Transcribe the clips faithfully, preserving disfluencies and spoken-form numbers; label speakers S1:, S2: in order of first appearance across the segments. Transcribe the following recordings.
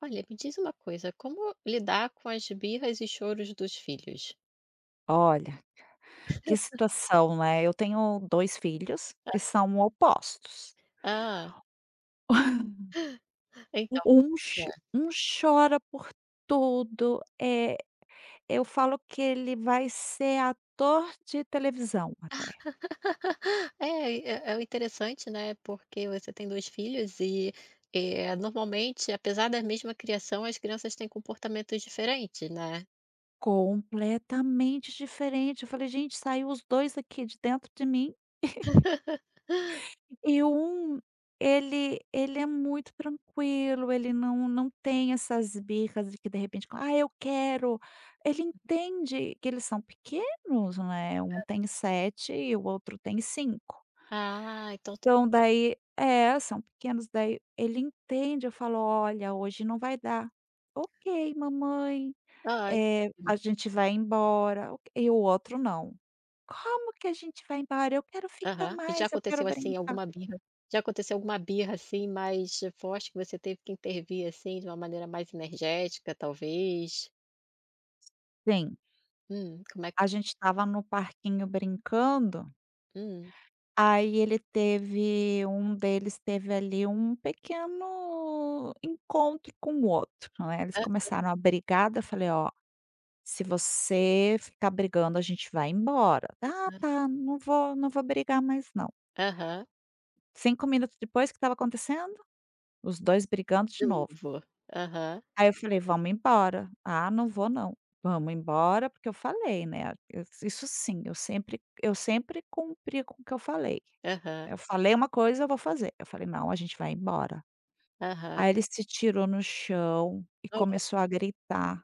S1: Olha, me diz uma coisa, como lidar com as birras e choros dos filhos?
S2: Olha, que situação, né, eu tenho dois filhos que são opostos.
S1: Ah, então.
S2: Um cho um chora por tudo, eh, eu falo que ele vai ser ator de televisão até.
S1: É, é, é interessante, né? Porque você tem dois filhos e eh, normalmente, apesar da mesma criação, as crianças têm comportamentos diferentes, né?
S2: Completamente diferente, eu falei: "Gente, saiu os dois aqui de dentro de mim". E um ele ele é muito tranquilo, ele não não tem essas birras de que de repente: "Ah, eu quero". Ele entende que eles são pequenos, né, um tem sete e o outro tem cinco.
S1: Ah, então. tem-
S2: Então daí é, são pequenos, daí ele entende, eu falo: "Olha, hoje não vai dar". "Ok, mamãe,
S1: Ah,
S2: é a gente vai embora". Ok, e o outro não: "Como que a gente vai embora? Eu quero ficar
S1: aham. E já
S2: mais, eu quero
S1: aconteceu assim
S2: brincar".
S1: alguma birra? Já aconteceu alguma birra assim mais forte que você teve que intervir assim de uma maneira mais energética, talvez?
S2: Sim.
S1: Hum, como é que.
S2: A gente estava no parquinho brincando,
S1: Hum.
S2: aí ele teve um deles teve ali um pequeno encontro com o outro, né, eles começaram a brigar, daí eu falei: "Ó, se você ficar brigando a gente vai embora". "Ah tá, não vou não vou brigar mais não".
S1: Aham,
S2: Cinco minutos depois, o que estava acontecendo? Os dois brigando de
S1: de
S2: novo.
S1: novo. Aham,
S2: Aí eu falei: "Vamos embora". "Ah, não vou não". "Vamos embora", porque eu falei, né, Eu- isso sim, eu sempre eu sempre cumpria com o que eu falei.
S1: aham,
S2: Eu falei uma coisa, eu vou fazer. Eu falei: "Não, a gente vai embora".
S1: aham.
S2: Aí ele se tirou no chão e
S1: Não,
S2: começou a gritar,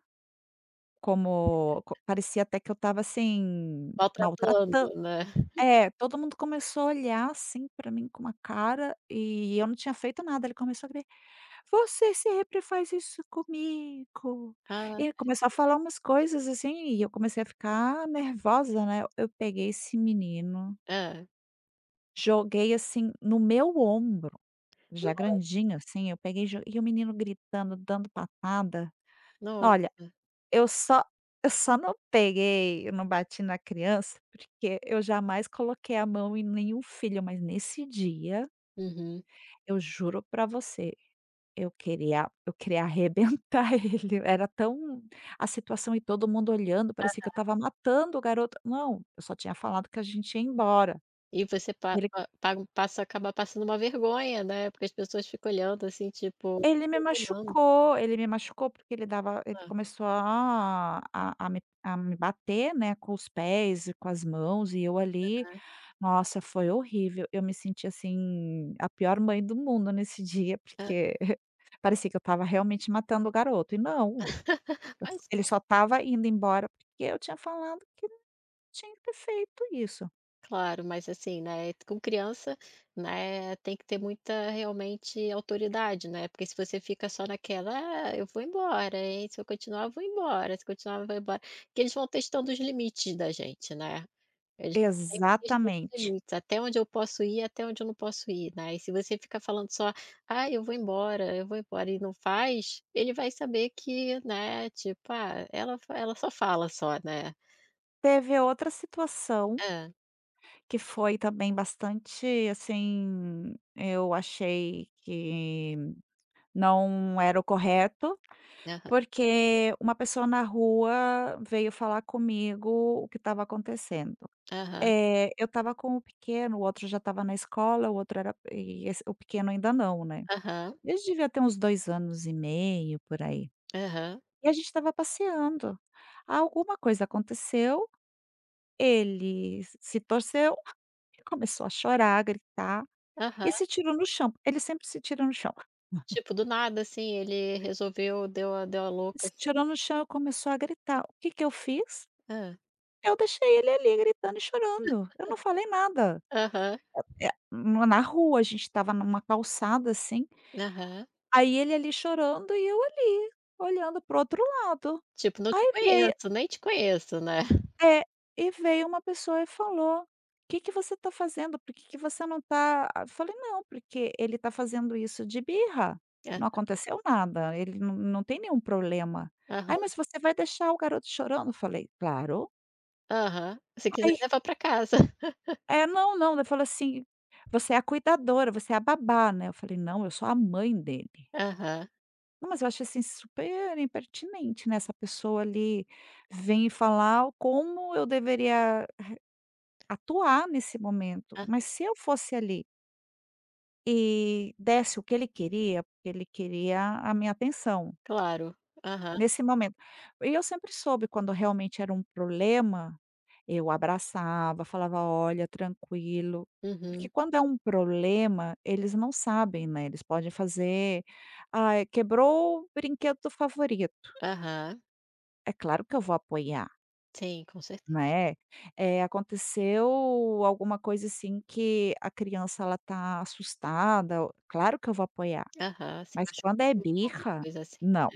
S2: como co parecia até que eu estava, assim. maltrata
S1: maltratando, né.
S2: é, todo mundo começou a olhar, assim, pra mim com uma cara e eu não tinha feito nada, ele começou a gritar: "Você sempre faz isso comigo".
S1: Ah,
S2: E ele começou a falar umas coisas, assim, e eu comecei a ficar nervosa, né. Eu peguei esse menino,
S1: hã.
S2: joguei, assim, no meu ombro. Já
S1: Nossa,
S2: grandinho, assim, eu peguei e jo e o menino gritando, dando patada.
S1: nossa.
S2: Olha, eu só eu só não peguei, eu não bati na criança, porque eu jamais coloquei a mão em nenhum filho, mas nesse dia,
S1: Uhum.
S2: eu juro pra você, eu queria eu queria arrebentar ele, era tão a situação, e todo mundo olhando, parecia que eu estava matando o garoto. Não, eu só tinha falado que a gente ia embora.
S1: E você pa
S2: Ele
S1: pa paga um, passa acaba passando uma vergonha, né, porque as pessoas ficam olhando, assim, tipo, te
S2: Ele me
S1: condenando.
S2: machucou, ele me machucou porque ele dava ele
S1: Hã,
S2: começou a a a me a me bater, né, com os pés e com as mãos, e eu ali, nossa, foi horrível. Eu me senti, assim, a pior mãe do mundo nesse dia,
S1: hã.
S2: porque parecia que eu estava realmente matando o garoto, e não,
S1: Mas
S2: ele só estava indo embora porque eu tinha falado que não tinha que ter feito isso.
S1: Claro, mas assim, né, com criança, né, tem que ter muita realmente autoridade, né? Porque se você fica só naquela: "Ah, eu vou embora, hein? Se eu continuar, eu vou embora, se continuar, eu vou embora". Que eles vão testando os limites da gente, né? Eles vão sempre testando os
S2: Exatamente.
S1: limites, até onde eu posso ir, até onde eu não posso ir, né? E se você fica falando só: "Ah, eu vou embora, eu vou embora" e não faz, ele vai saber que, né, tipo, ah, ela, fa- ela só fala só, né?
S2: Teve outra situação
S1: Ah,
S2: que foi também bastante, assim, eu achei que não era o correto,
S1: aham,
S2: porque uma pessoa na rua veio falar comigo o que estava acontecendo.
S1: aham,
S2: Eh, eu estava com o pequeno, o outro já estava na escola, o outro era e esse o pequeno ainda não, né.
S1: aham,
S2: Ele devia ter uns dois anos e meio, por aí.
S1: aham.
S2: E a gente estava passeando. Alguma coisa aconteceu, ele se torceu e começou a chorar, a gritar. E
S1: Aham.
S2: se tirou no chão, ele sempre se tira no chão.
S1: Tipo, do nada, assim, ele resolveu deu a deu a louca,
S2: Se
S1: assim.
S2: tirou no chão e começou a gritar. O que que eu fiz?
S1: Ah.
S2: Eu deixei ele ali gritando e chorando, eu não falei nada.
S1: Aham,
S2: Eh, na na rua, a gente estava numa calçada, assim,
S1: aham.
S2: aí ele ali chorando e eu ali, olhando para outro lado.
S1: Tipo: "Não te
S2: Veio,
S1: conheço, nem te conheço", né.
S2: É, e veio uma pessoa e falou: o "Que que você está fazendo? Por que que você não está". Eu falei: "Não, porque ele está fazendo isso de birra,
S1: É.
S2: não aconteceu nada, ele não não tem nenhum problema". "Ai,
S1: Aham,
S2: mas você vai deixar o garoto chorando?" Eu falei: "Claro".
S1: aham. "Se quiser
S2: Aí,
S1: leva pra casa".
S2: é: "Não, não", ele falou assim: "Você é a cuidadora, você é a babá, né?" Eu falei: "Não, eu sou a mãe dele".
S1: Aham.
S2: Não, mas eu achei, assim, super impertinente, né, essa pessoa ali vem falar como eu deveria atuar nesse momento,
S1: Ah,
S2: mas se eu fosse ali e desse o que ele queria, porque ele queria a minha atenção,
S1: claro. Aham.
S2: nesse momento. E eu sempre soube quando realmente era um problema, eu abraçava, falava: "Olha, tranquilo", porque
S1: Uhum.
S2: quando é um problema, eles não sabem, né, eles podem fazer: "ah, quebrou o brinquedo favorito",
S1: Aham.
S2: é claro que eu vou apoiar.
S1: Sim, com certeza.
S2: Né, É aconteceu alguma coisa, assim, que a criança ela tá assustada, claro que eu vou apoiar,
S1: Aham. Se
S2: mas quando é
S1: machucou, alguma
S2: birra,
S1: coisa assim.
S2: não.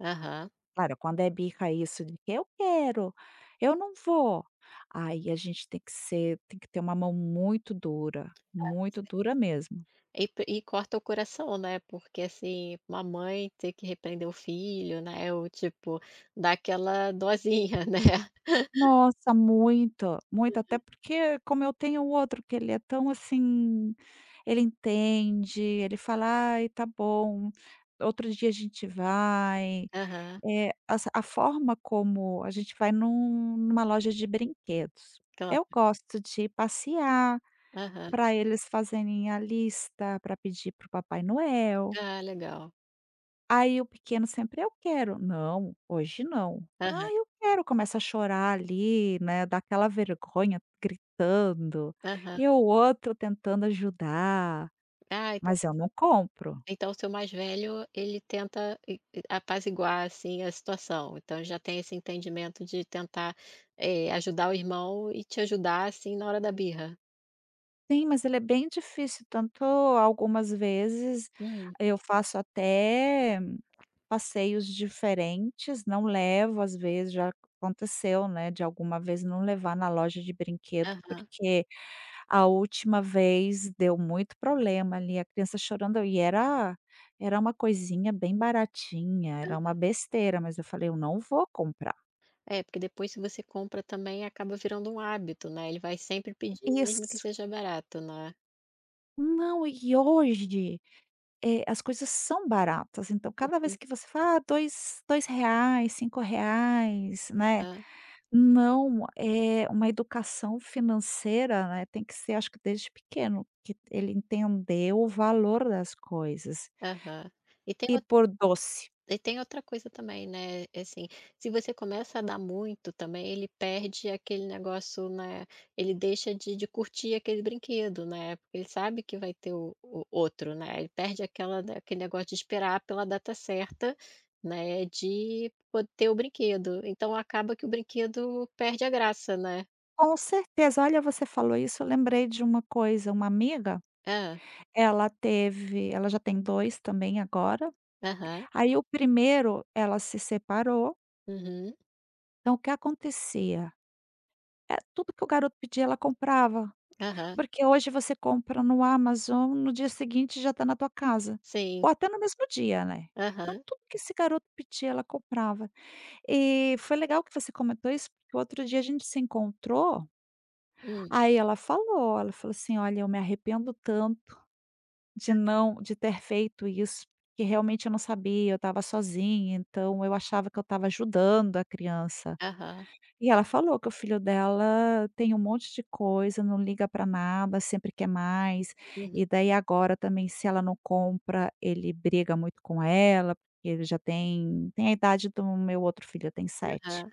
S1: Aham.
S2: Claro, quando é birra, isso de que: "Eu quero, eu não vou", aí a gente tem que ser tem que ter uma mão muito dura, muito dura mesmo.
S1: E p e corta o coração, né, porque, assim, uma mãe ter que repreender o filho, né, ou tipo, dar aquela dosinha, né.
S2: Nossa, muito, muito, até porque como eu tenho o outro que ele é tão assim, ele entende, ele fala: "Ai, tá bom, outro dia a gente vai".
S1: Aham,
S2: É essa a forma. Como a gente vai num numa loja de brinquedos.
S1: claro.
S2: Eu gosto de passear,
S1: Aham.
S2: para eles fazerem a lista para pedir para o Papai Noel.
S1: Ah, legal.
S2: Aí o pequeno sempre: "Eu quero". "Não, hoje não".
S1: Aham,
S2: "Ah, eu quero". Começa a chorar ali, né, dá aquela vergonha, gritando.
S1: aham.
S2: E o outro tentando ajudar,
S1: Ah, então
S2: mas eu não compro.
S1: então o seu mais velho, ele tenta e e apaziguar, assim, a situação. Então já tem esse entendimento de tentar, eh, ajudar o irmão e te ajudar, assim, na hora da birra.
S2: Sim, mas ele é bem difícil, tanto algumas vezes
S1: Hum.
S2: eu faço até passeios diferentes, não levo, às vezes já aconteceu, né, de alguma vez não levar na loja de brinquedo,
S1: Aham.
S2: porque a última vez deu muito problema ali, a criança chorando, e era era uma coisinha bem baratinha, era uma besteira, mas eu falei: "Eu não vou comprar".
S1: É, porque depois se você compra também acaba virando um hábito, né, ele vai sempre pedir mesmo que
S2: Isso.
S1: seja barato, né.
S2: Não, e hoje, eh, as coisas são baratas, então cada
S1: Hum.
S2: vez que você fala: "Ah, dois dois reais, cinco reais", né.
S1: Ah,
S2: Não, é uma educação financeira, né, tem que ser, acho que desde pequeno, que ele entender o valor das coisas.
S1: aham. E tem
S2: E por doce.
S1: E tem outra coisa também, né, é assim, se você começa a dar muito também, ele perde aquele negócio, né, ele deixa de de curtir aquele brinquedo, né, porque ele sabe que vai ter o o outro, né, ele perde aquela da aquele negócio de esperar pela data certa, né, de po ter o brinquedo, então acaba que o brinquedo perde a graça, né.
S2: Com certeza. Olha, você falou isso, eu lembrei de uma coisa, uma amiga,
S1: Ah,
S2: ela teve ela já tem dois também agora,
S1: aham.
S2: aí o primeiro ela se separou,
S1: Uhum.
S2: então o que acontecia? É tudo que o garoto pedia ela comprava,
S1: Aham.
S2: porque hoje você compra no Amazon, no dia seguinte já está na tua casa,
S1: Sim.
S2: ou até no mesmo dia, né. Então
S1: Aham.
S2: tudo que esse garoto pedia ela comprava. E foi legal que você comentou isso, porque outro dia a gente se encontrou,
S1: Hum.
S2: aí ela falou, ela falou assim: "Olha, eu me arrependo tanto De não de ter feito isso, que realmente eu não sabia, eu estava sozinha, então eu achava que eu estava ajudando a criança".
S1: Aham.
S2: E ela falou que o filho dela tem um monte de coisa, não liga para nada, sempre quer mais,
S1: Uhum.
S2: e daí agora também, se ela não compra, ele briga muito com ela, porque ele já tem tem a idade do meu outro filho, tem sete.
S1: Aham.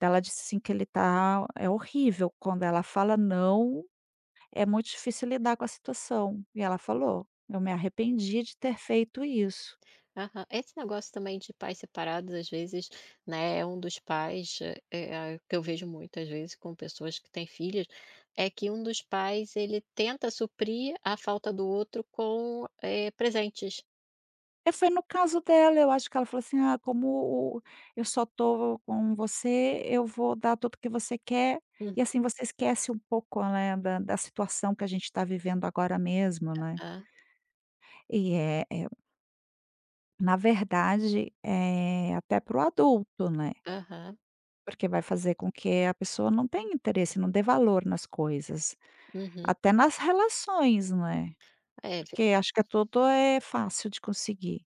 S2: Ela disse assim que ele tá é horrível, quando ela fala "não", é muito difícil lidar com a situação. E ela falou: "Eu me arrependi de ter feito isso".
S1: Aham. Esse negócio também de pais separados, às vezes, né, é um dos pais, eh, eh, que eu vejo muitas vezes com pessoas que têm filhos, é que um dos pais ele tenta suprir a falta do outro com, eh, presentes.
S2: E foi no caso dela, eu acho que ela falou assim: "Ah, como o eu só tô com você, eu vou dar tudo que você quer".
S1: Hum.
S2: E assim você esquece um pouco, né, da da situação que a gente está vivendo agora mesmo, né.
S1: Ah,
S2: E é é, na verdade, eh, até para o adulto, né,
S1: aham,
S2: porque vai fazer com que a pessoa não tenha interesse, não dê valor nas coisas,
S1: uhum.
S2: até nas relações, né.
S1: É
S2: Porque acho que tudo é fácil de conseguir.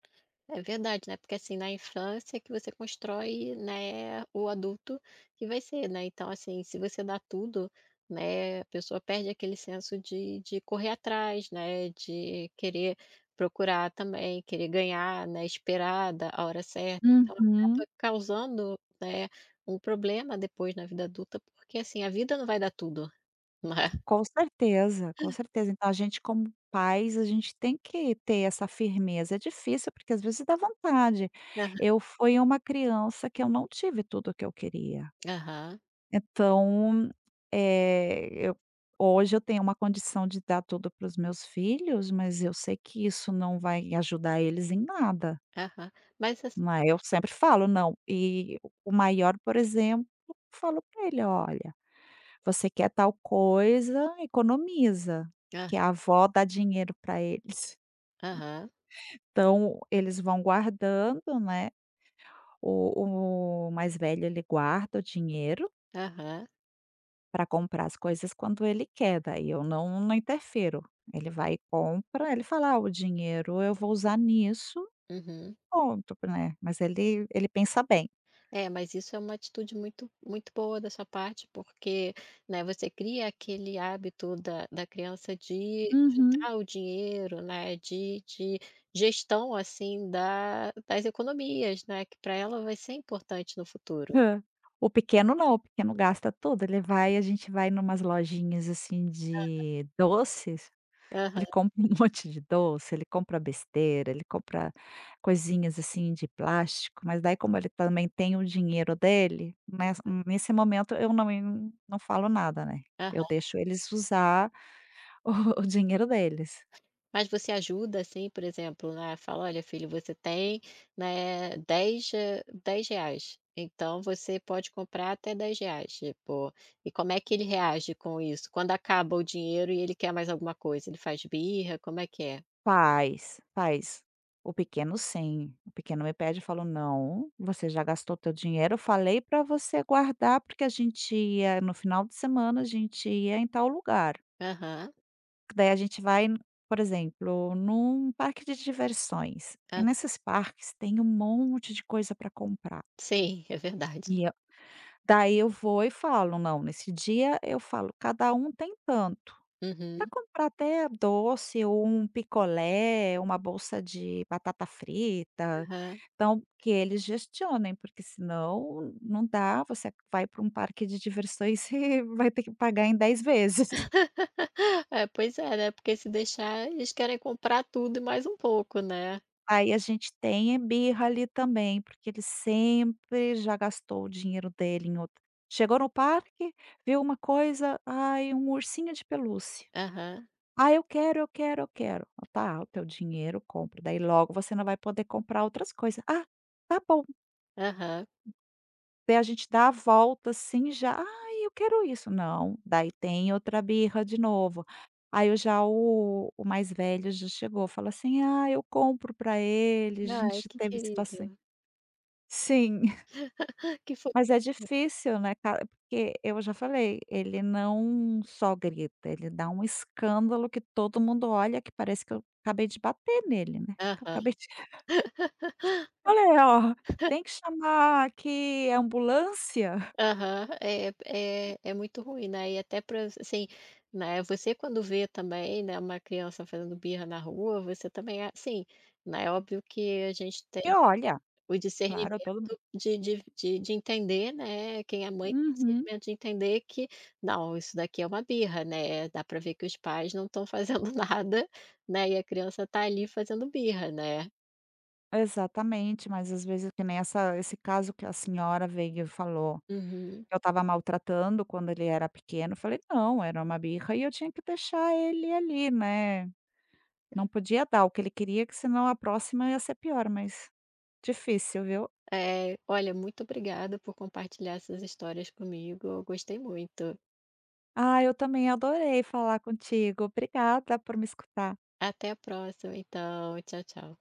S1: É verdade, né, porque assim, na infância é que você constrói, né, o adulto que vai ser, né, então assim, se você dá tudo, né, a pessoa perde aquele senso de de correr atrás, né, de querer procurar também, querer ganhar, né, esperar da a hora certa, então
S2: Uhum.
S1: acaba causando, né, um problema depois na vida adulta, porque assim, a vida não vai dar tudo. Né.
S2: Com certeza, com certeza. Então a gente, como pais, a gente tem que ter essa firmeza. É difícil, porque às vezes dá vontade.
S1: Aham,
S2: Eu fui uma criança que eu não tive tudo o que eu queria.
S1: aham,
S2: Então, eh, eu hoje eu tenho uma condição de dar tudo para os meus filhos, mas eu sei que isso não vai ajudar eles em nada.
S1: aham, mas assim
S2: Mas eu sempre falo: "Não", e o maior, por exemplo, eu falo para ele: "Olha, você quer tal coisa, economiza",
S1: ah,
S2: que a avó dá dinheiro para eles.
S1: aham,
S2: Então, eles vão guardando, né, o o mais velho ele guarda o dinheiro
S1: aham,
S2: para comprar as coisas quando ele quer, daí eu não não interfiro. Ele vai e compra, ele fala: "Ah, o dinheiro eu vou usar nisso",
S1: uhum.
S2: ponto, né, mas ele ele pensa bem.
S1: É, mas isso é uma atitude muito, muito boa da sua parte, porque, né, você cria aquele hábito da, da criança de
S2: Uhum.
S1: juntar o dinheiro, né, de, de gestão, assim, da, das economias, né, que para ela vai ser importante no futuro.
S2: Hã. O pequeno não, o pequeno gasta tudo, ele vai, a gente vai numas lojinhas, assim, de doces. Ele
S1: Aham,
S2: compra um monte de doce, ele compra besteira, ele compra coisinhas assim de plástico, mas daí como ele também tem o dinheiro dele, nes nesse momento eu não en não falo nada, né. Eu
S1: aham.
S2: deixo eles usar o o dinheiro deles.
S1: Mas você ajuda, assim, por exemplo, né, fala: "Olha filho, você tem, né, dez, eh, dez reais então você pode comprar até dez reais", tipo, e como é que ele reage com isso? Quando acaba o dinheiro e ele quer mais alguma coisa, ele faz birra, como é que é?
S2: Faz, faz. O pequeno sim, o pequeno me pede, eu falo: "Não, você já gastou teu dinheiro, eu falei para você guardar porque a gente ia no final de semana, a gente ia em tal lugar".
S1: Aham,
S2: Daí a gente vai, por exemplo, num parque de diversões, e
S1: hã,
S2: nesses parques tem um monte de coisa para comprar.
S1: sim, é verdade.
S2: E a Daí eu vou e falo: "Não, nesse dia", eu falo: "Cada um tem tanto, para
S1: Uhum,
S2: comprar até doce ou um picolé, uma bolsa de batata frita",
S1: aham.
S2: então que eles gestionem, porque senão não dá, você vai para um parque de diversões e vai ter que pagar em dez vezes.
S1: É, pois é, né, porque se deixar eles querem comprar tudo e mais um pouco, né.
S2: Aí a gente tem birra ali também, porque ele sempre já gastou o dinheiro dele em outra, chegou no parque, viu uma coisa: "Ai, um ursinho de pelúcia.
S1: Aham,
S2: Ah, eu quero, eu quero, eu quero". "Ah, tá, o teu dinheiro, compra, daí logo você não vai poder comprar outras coisas". "Ah, tá bom".
S1: aham.
S2: Daí a gente dá a volta, assim, já: "Ai, eu quero isso". "Não". Daí tem outra birra de novo. Aí eu já, o o mais velho já chegou, fala assim: "Ah, eu compro pra ele". A
S1: Ai,
S2: gente
S1: que
S2: teve
S1: querido.
S2: situaçã Sim.
S1: Que fo
S2: Mas é difícil, né, cara, porque eu já falei, ele não só grita, ele dá um escândalo que todo mundo olha, que parece que eu acabei de bater nele, né, que eu
S1: Aham.
S2: acabei de "Olha, ó, tem que chamar aqui a ambulância".
S1: Aham, é é é muito ruim, né, e até para assim, né, você quando vê também, né, uma criança fazendo birra na rua, você também a assim, né, é óbvio que a gente tem
S2: E olha,
S1: o
S2: claro, todo mundo.
S1: discernimento de de de de entender, né, quem é mãe tem o
S2: Uhum,
S1: discernimento de entender que: "Não, isso daqui é uma birra", né, dá para ver que os pais não estão fazendo nada, né, e a criança tá ali fazendo birra, né.
S2: exatamente, mas às vezes que nem essa esse caso que a senhora veio e falou
S1: Uhum.
S2: que eu estava maltratando quando ele era pequeno, eu falei: "Não, era uma birra e eu tinha que deixar ele ali, né". Não podia dar o que ele queria, que senão a próxima ia ser pior, mas difícil, viu.
S1: Eh, olha, muito obrigada por compartilhar essas histórias comigo, eu gostei muito.
S2: Ah, eu também adorei falar contigo. Obrigada por me escutar.
S1: Até a próxima, então. Tchau, tchau.